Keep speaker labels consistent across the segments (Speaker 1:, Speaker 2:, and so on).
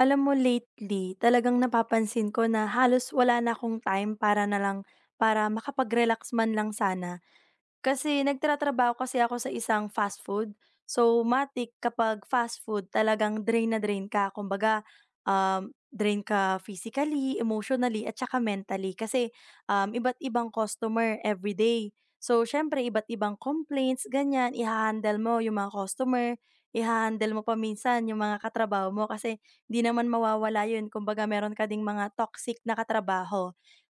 Speaker 1: Alam mo lately, talagang napapansin ko na halos wala na akong time para na lang para makapag-relax man lang sana. Kasi nagtratrabaho kasi ako sa isang fast food. So, matik kapag fast food talagang drain na drain ka. Kumbaga, drain ka physically, emotionally, at saka mentally. Kasi iba't ibang customer everyday. So, syempre, iba't ibang complaints, ganyan, i-handle mo yung mga customer, i-handle mo pa minsan yung mga katrabaho mo kasi di naman mawawala yun. Kumbaga, meron ka ding mga toxic na katrabaho.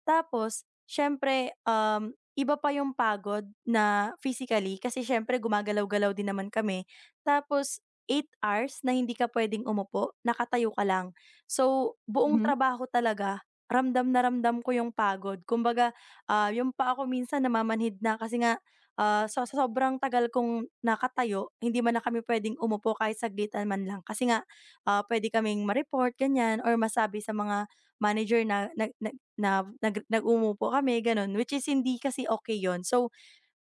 Speaker 1: Tapos, syempre, iba pa yung pagod na physically kasi siyempre gumagalaw-galaw din naman kami. Tapos 8 hours na hindi ka puwedeng umupo, nakatayo ka lang. So, buong
Speaker 2: Mhm.
Speaker 1: trabaho talaga ramdam na ramdam ko yung pagod. Kumbaga, yung pa ako minsan namamanhid na kasi nga, sa sobrang tagal kong nakatayo, hindi man na kami puwedeng umupo kahit saglitan man lang kasi nga, puwede kaming ma-report, ganyan or masabi sa mga manager na nag-umupo kami gano'n, which is hindi kasi okay yon. So,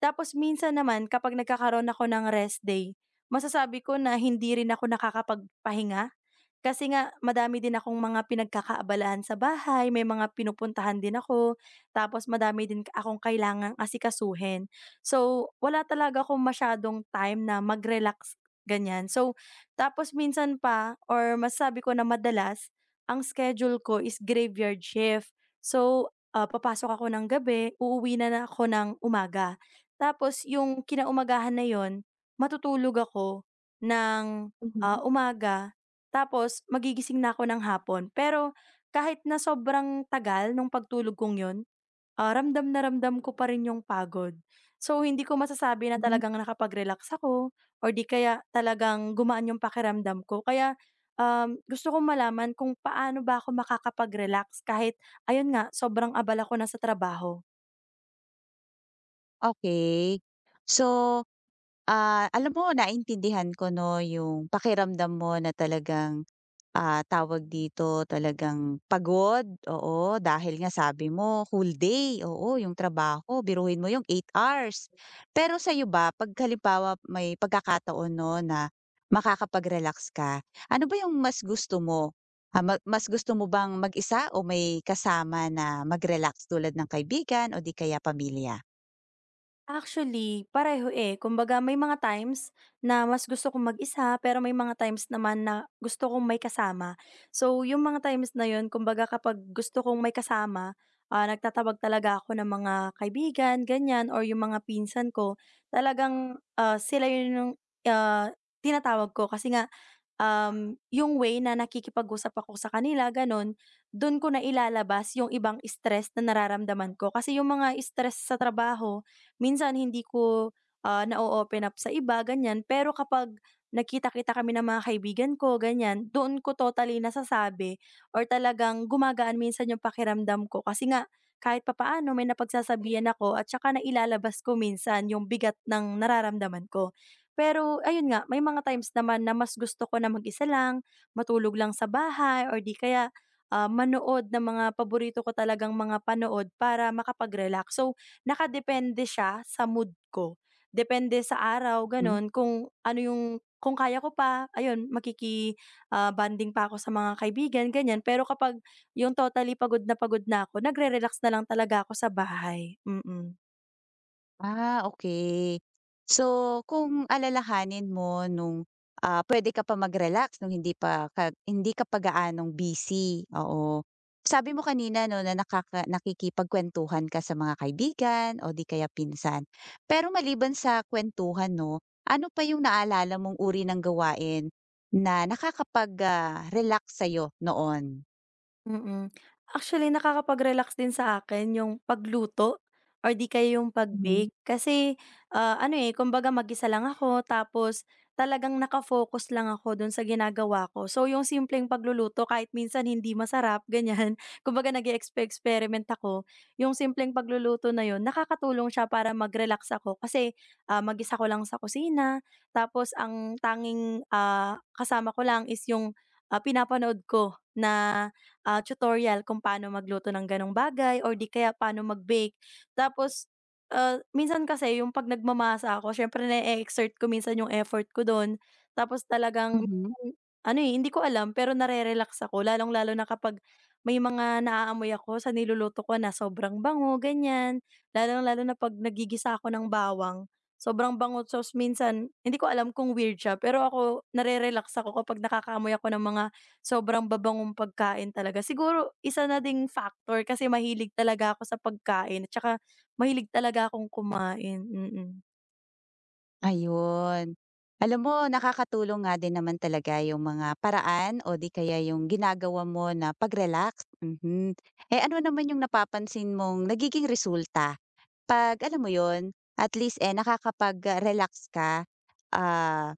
Speaker 1: tapos minsan naman kapag nagkakaroon ako ng rest day, masasabi ko na hindi rin ako nakakapagpahinga. Kasi nga madami din akong mga pinagkakaabalahan sa bahay, may mga pinupuntahan din ako, tapos madami din akong kailangang asikasuhin. So, wala talaga akong masyadong time na mag-relax, ganyan. So, tapos minsan pa or masabi ko na madalas, ang schedule ko is graveyard shift. So, papasok ako ng gabi, uuwi na na ako ng umaga. Tapos yung kinaumagahan na yun, matutulog ako ng,
Speaker 2: Mhm.
Speaker 1: umaga tapos magigising na ako ng hapon. Pero kahit na sobrang tagal nung pagtulog kong yun, ramdam na ramdam ko pa rin yung pagod. So hindi ko masasabi na
Speaker 2: Hmm.
Speaker 1: talagang nakapag-relax ako or di kaya talagang gumaan yung pakiramdam ko. Kaya, gusto kong malaman kung paano ba ako makakapag-relax kahit ayun nga, sobrang abala ko na sa trabaho.
Speaker 2: Okay. So, alam mo, naintindihan ko 'no, yung pakiramdam mo na talagang, ah, tawag dito, talagang pagod, oo, dahil nga sabi mo whole day, oo, yung trabaho, biruhin mo yung 8 hours. Pero sa'yo ba 'pag halimbawa may pagkakataon 'no na makakapag-relax ka, ano ba yung mas gusto mo? Ah, ma Mas gusto mo bang mag-isa o may kasama na mag-relax tulad ng kaibigan o di kaya pamilya?
Speaker 1: Actually, pareho, eh. Kumbaga may mga times na mas gusto kong mag-isa, pero may mga times naman na gusto kong may kasama. So, yung mga times na yun kumbaga kapag gusto kong may kasama, nagtatawag talaga ako ng mga kaibigan, ganyan, or yung mga pinsan ko. Talagang, sila yun yung, ah, tinatawag ko kasi nga yung way na nakikipag-usap ako sa kanila gano'n, dun ko na ilalabas yung ibang stress na nararamdaman ko. Kasi yung mga stress sa trabaho minsan hindi ko, na-o-open up sa iba ganyan. Pero kapag nakita kami ng mga kaibigan ko ganyan, doon ko totally nasasabi or talagang gumagaan minsan yung pakiramdam ko. Kasi nga kahit papaano may napagsasabihan ako at saka nailalabas ko minsan yung bigat ng nararamdaman ko. Pero ayun nga, may mga times naman na mas gusto ko na mag-isa lang, matulog lang sa bahay or di kaya, manood ng mga paborito ko talagang mga panood para makapag-relax. So, nakadepende siya sa mood ko. Depende sa araw,
Speaker 2: Hmm.
Speaker 1: gano'n, kung ano yung kung kaya ko pa, ayun, bonding pa ako sa mga kaibigan, ganyan. Pero kapag yung totally pagod na ako, nagre-relax na lang talaga ako sa bahay. Mm.
Speaker 2: Ah, okay. So, kung alalahanin mo nung, pwede ka pa mag-relax nung hindi ka pa gaanong busy, oo. Sabi mo kanina 'no na nakikipagkuwentuhan ka sa mga kaibigan o di kaya pinsan. Pero maliban sa kwentuhan 'no, ano pa yung naalala mong uri ng gawain na nakakapag, ah, relax sa'yo noon?
Speaker 1: Mm. Actually, nakakapag-relax din sa akin yung pagluto or di kaya yung
Speaker 2: Mhm.
Speaker 1: pag-bake kasi, ano, eh, kumbaga mag-isa lang ako tapos talagang naka lang ako dun sa ginagawa ko. So, yung simpleng pagluluto kahit minsan hindi masarap, ganyan, kumbaga nag-e-expe-experiment ako, yung simpleng pagluluto na yun nakakatulong siya para mag-relax ako kasi, mag-isa ko lang sa kusina tapos ang tanging, kasama ko lang is yung, pinapanood ko na tutorial kung paano magluto ng gano'ng bagay or di kaya paano mag-bake. Tapos, minsan kasi yung 'pag nagmamasa ako siyempre na exert ko minsan yung effort ko dun. Tapos talagang
Speaker 2: Mhm.
Speaker 1: ano, eh, hindi ko alam pero nare-relax ako lalong-lalo na kapag may mga naaamoy ako sa niluluto ko na sobrang bango, ganyan. Lalong-lalo na 'pag nagigisa ako ng bawang, sobrang bango tapos minsan hindi ko alam kung weird siya pero ako nare-relax ako kapag nakakaamoy ako ng mga sobrang babangong pagkain talaga. Siguro isa na ding factor kasi mahilig talaga ako sa pagkain at saka mahilig talaga akong kumain, mm.
Speaker 2: Ayun. Alam mo, nakakatulong nga din naman talaga yung mga paraan o di kaya yung ginagawa mo na pag-relax, mhm. Eh, ano naman yung napapansin mong nagiging resulta 'pag alam mo yun, at least, eh, nakakapag-relax ka, ah,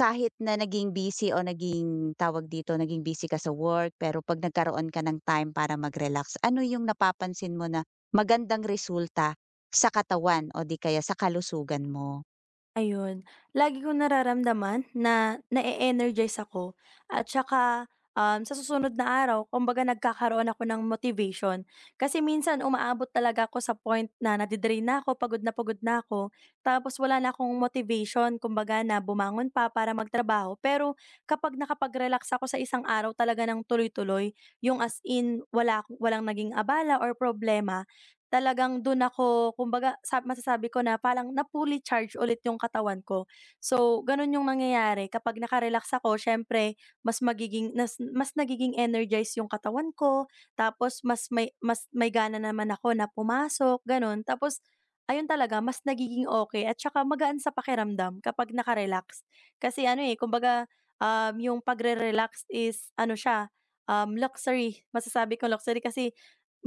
Speaker 2: kahit na naging busy o naging tawag dito, naging busy ka sa work, pero 'pag nagkaroon ka ng time para mag-relax, ano yung napapansin mo na magandang resulta sa katawan o di kaya sa kalusugan mo?
Speaker 1: Ayun, lagi kong nararamdaman na na energize ako at saka, sa susunod na araw kumbaga nagkakaroon ako ng motivation. Kasi minsan umaabot talaga ako sa point na nade na ako, pagod na ako, tapos wala na akong motivation kumbaga na bumangon pa para magtrabaho. Pero kapag nakapag-relax ako sa isang araw talaga ng tuloy-tuloy, yung as in wala akong- walang naging abala or problema, talagang dun ako kumbaga sa masasabi ko na parang na-fully charge ulit yung katawan ko. So, ganun yung nangyayari kapag nakarelax ako siyempre mas magiging nas mas nagiging energized yung katawan ko, tapos mas may gana naman ako na pumasok, ganun. Tapos ayun talaga mas nagiging okay at saka magaan sa pakiramdam kapag nakarelax. Kasi ano, eh, kumbaga, yung pagre-relax is ano siya, luxury, masasabi ko luxury kasi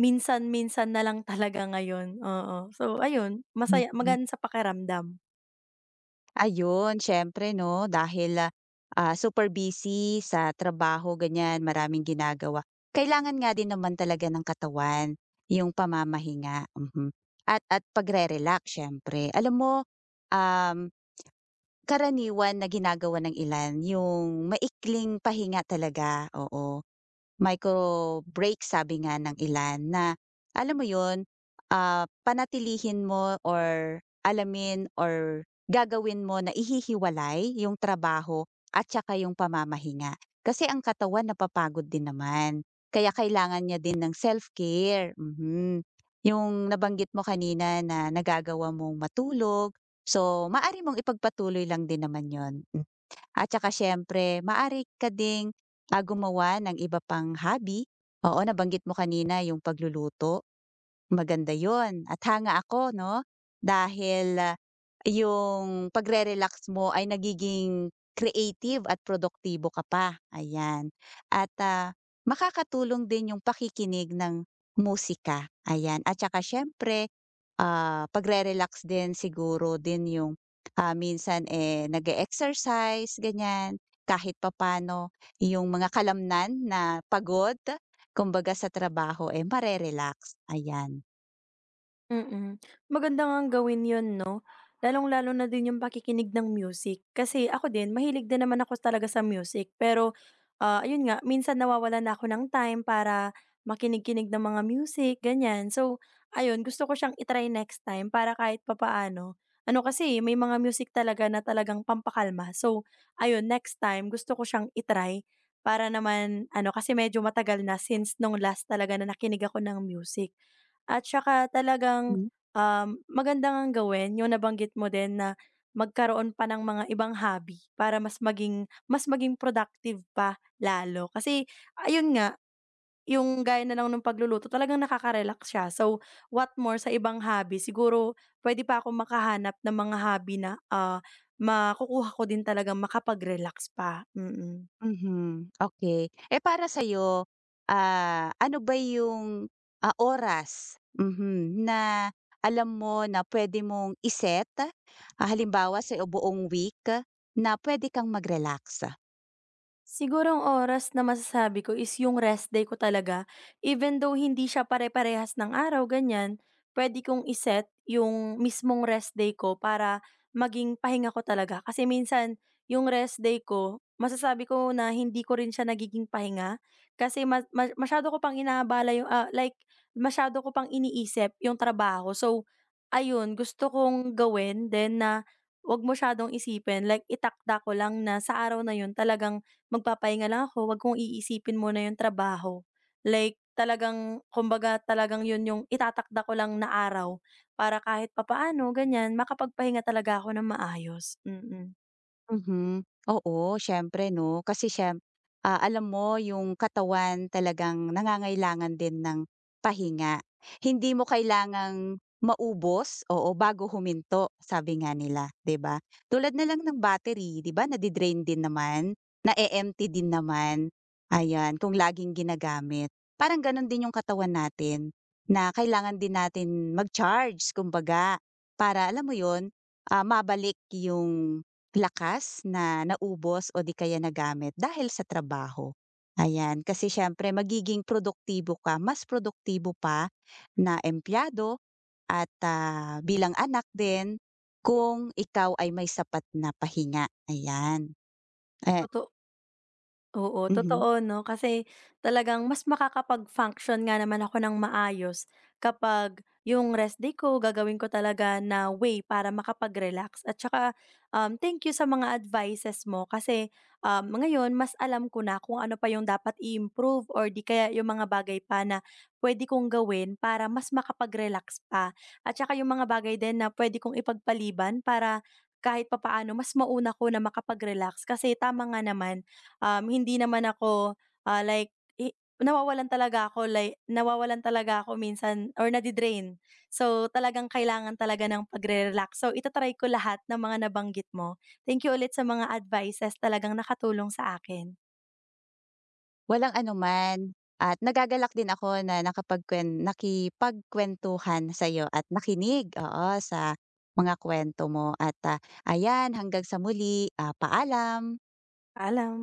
Speaker 1: minsan-minsan na lang talaga ngayon, oo. So ayun, masaya magaan sa pakiramdam.
Speaker 2: Ayun, siyempre 'no, dahil, super busy sa trabaho ganyan, maraming ginagawa. Kailangan nga din naman talaga ng katawan yung pamamahinga, mhm, at pagre-relax siyempre. Alam mo, um, karaniwan na ginagawa ng ilan yung maikling pahinga talaga, oo. Micro break sabi nga ng ilan na, alam mo yun, ah, panatilihin mo or alamin or gagawin mo na ihihiwalay yung trabaho at saka yung pamamahinga. Kasi ang katawan napapagod din naman, kaya kailangan niya din ng self-care, mhm. Yung nabanggit mo kanina na nagagawa mong matulog, so maari mong ipagpatuloy lang din naman yon at saka siyempre maaari ka ding, ah, gumawa ng iba pang hobby. Oo, nabanggit mo kanina yung pagluluto. Maganda yon at hanga ako 'no, dahil, ah, yung pagre-relax mo ay nagiging creative at produktibo ka pa, ayan. At, ah, makakatulong din yung pakikinig ng musika, ayan. At saka siyempre, ah, pagre-relax din siguro yung, minsan, eh, nag exercise ganyan, kahit papaano yung mga kalamnan na pagod kumbaga sa trabaho, eh, mare-relax, ayan.
Speaker 1: Mm. Maganda nga ang gawin 'yun 'no, lalong-lalo na din yung pakikinig ng music. Kasi ako din, mahilig din naman ako talaga sa music pero, ayun nga, minsan nawawala na ako ng time para makinig-kinig ng mga music, ganyan. So, ayun gusto ko siyang i next time para kahit papaano ano kasi, eh, may mga music talaga na talagang pampakalma. So, ayun next time gusto ko siyang i para naman ano, kasi medyo matagal na since nung last talaga na nakinig ako ng music. At saka talagang,
Speaker 2: Hmm.
Speaker 1: maganda ngang gawin yung nabanggit mo din na magkaroon pa ng mga ibang hobby para mas maging productive pa lalo. Kasi ayun nga, yung gaya na lang nung pagluluto talagang nakaka-relax siya. So, what more sa ibang hobby, siguro puwede pa akong makahanap ng mga hobby na, makukuha ko din talagang makapag-relax pa, mm. Mm.
Speaker 2: Mhm. Okay. Eh, para sa'yo, ah, ano ba yung, ah, oras, mhm, na alam mo na pwede mong i, ah, halimbawa sa buong week na pwede kang mag-relax?
Speaker 1: Siguro ang oras na masasabi ko is yung rest day ko talaga. Even though hindi siya pare-parehas ng araw, ganyan, pwede kong iset yung mismong rest day ko para maging pahinga ko talaga. Kasi minsan, yung rest day ko, masasabi ko na hindi ko rin siya nagiging pahinga. Kasi masyado ko pang inaabala yung, like, masyado ko pang iniisip yung trabaho. So, ayun, gusto kong gawin then na wag masyadong isipin. Like, itakda ko lang na sa araw na yun talagang magpapahinga lang ako, wag kong iisipin muna yung trabaho. Like talagang kumbaga talagang yun yung itatakda ko lang na araw para kahit papaano ganyan makapagpahinga talaga ako ng maayos, mm.
Speaker 2: Mhm. Oo, siyempre 'no, kasi ah, alam mo yung katawan talagang nangangailangan din ng pahinga. Hindi mo kailangang maubos, oo, bago huminto sabi nga nila, 'di ba? Tulad na lang ng battery, 'di ba, nade-drain din naman, na empty din naman, ayan, kung laging ginagamit. Parang gano'n din yung katawan natin, na kailangan din natin mag-charge kumbaga para alam mo 'yun, ah, mabalik yung lakas na naubos o di kaya nagamit dahil sa trabaho. Ayan, kasi siyempre magiging produktibo ka, mas produktibo pa na empleyado at, ah, bilang anak din kung ikaw ay may sapat na pahinga, ayan. Eh,
Speaker 1: Totoo. Oo,
Speaker 2: mhm,
Speaker 1: totoo 'no, kasi talagang mas makakapag-function nga naman ako ng maayos kapag yung rest day ko gagawin ko talaga na way para makapag-relax at saka, thank you sa mga advices mo kasi, ngayon mas alam ko na kung ano pa yung dapat i-improve or 'di kaya yung mga bagay pa na puwede kong gawin para mas makapag-relax pa at saka yung mga bagay din na puwede kong ipagpaliban para kahit papaano mas mauna ko na makapag-relax kasi tama nga naman. Hindi naman ako, like nawawalan talaga ako like nawawalan talaga ako minsan or nadidrain. So, talagang kailangan talaga ng pagre-relax. So, ita ko lahat ng mga nabanggit mo. Thank you ulit sa mga advices, talagang nakatulong sa akin.
Speaker 2: walang anuman at nagagalak din ako na nakipagkuwentuhan sa'yo at nakinig, oo, sa mga kwento mo at, ah, ayan, hanggang sa muli, ah, paalam.
Speaker 1: Alam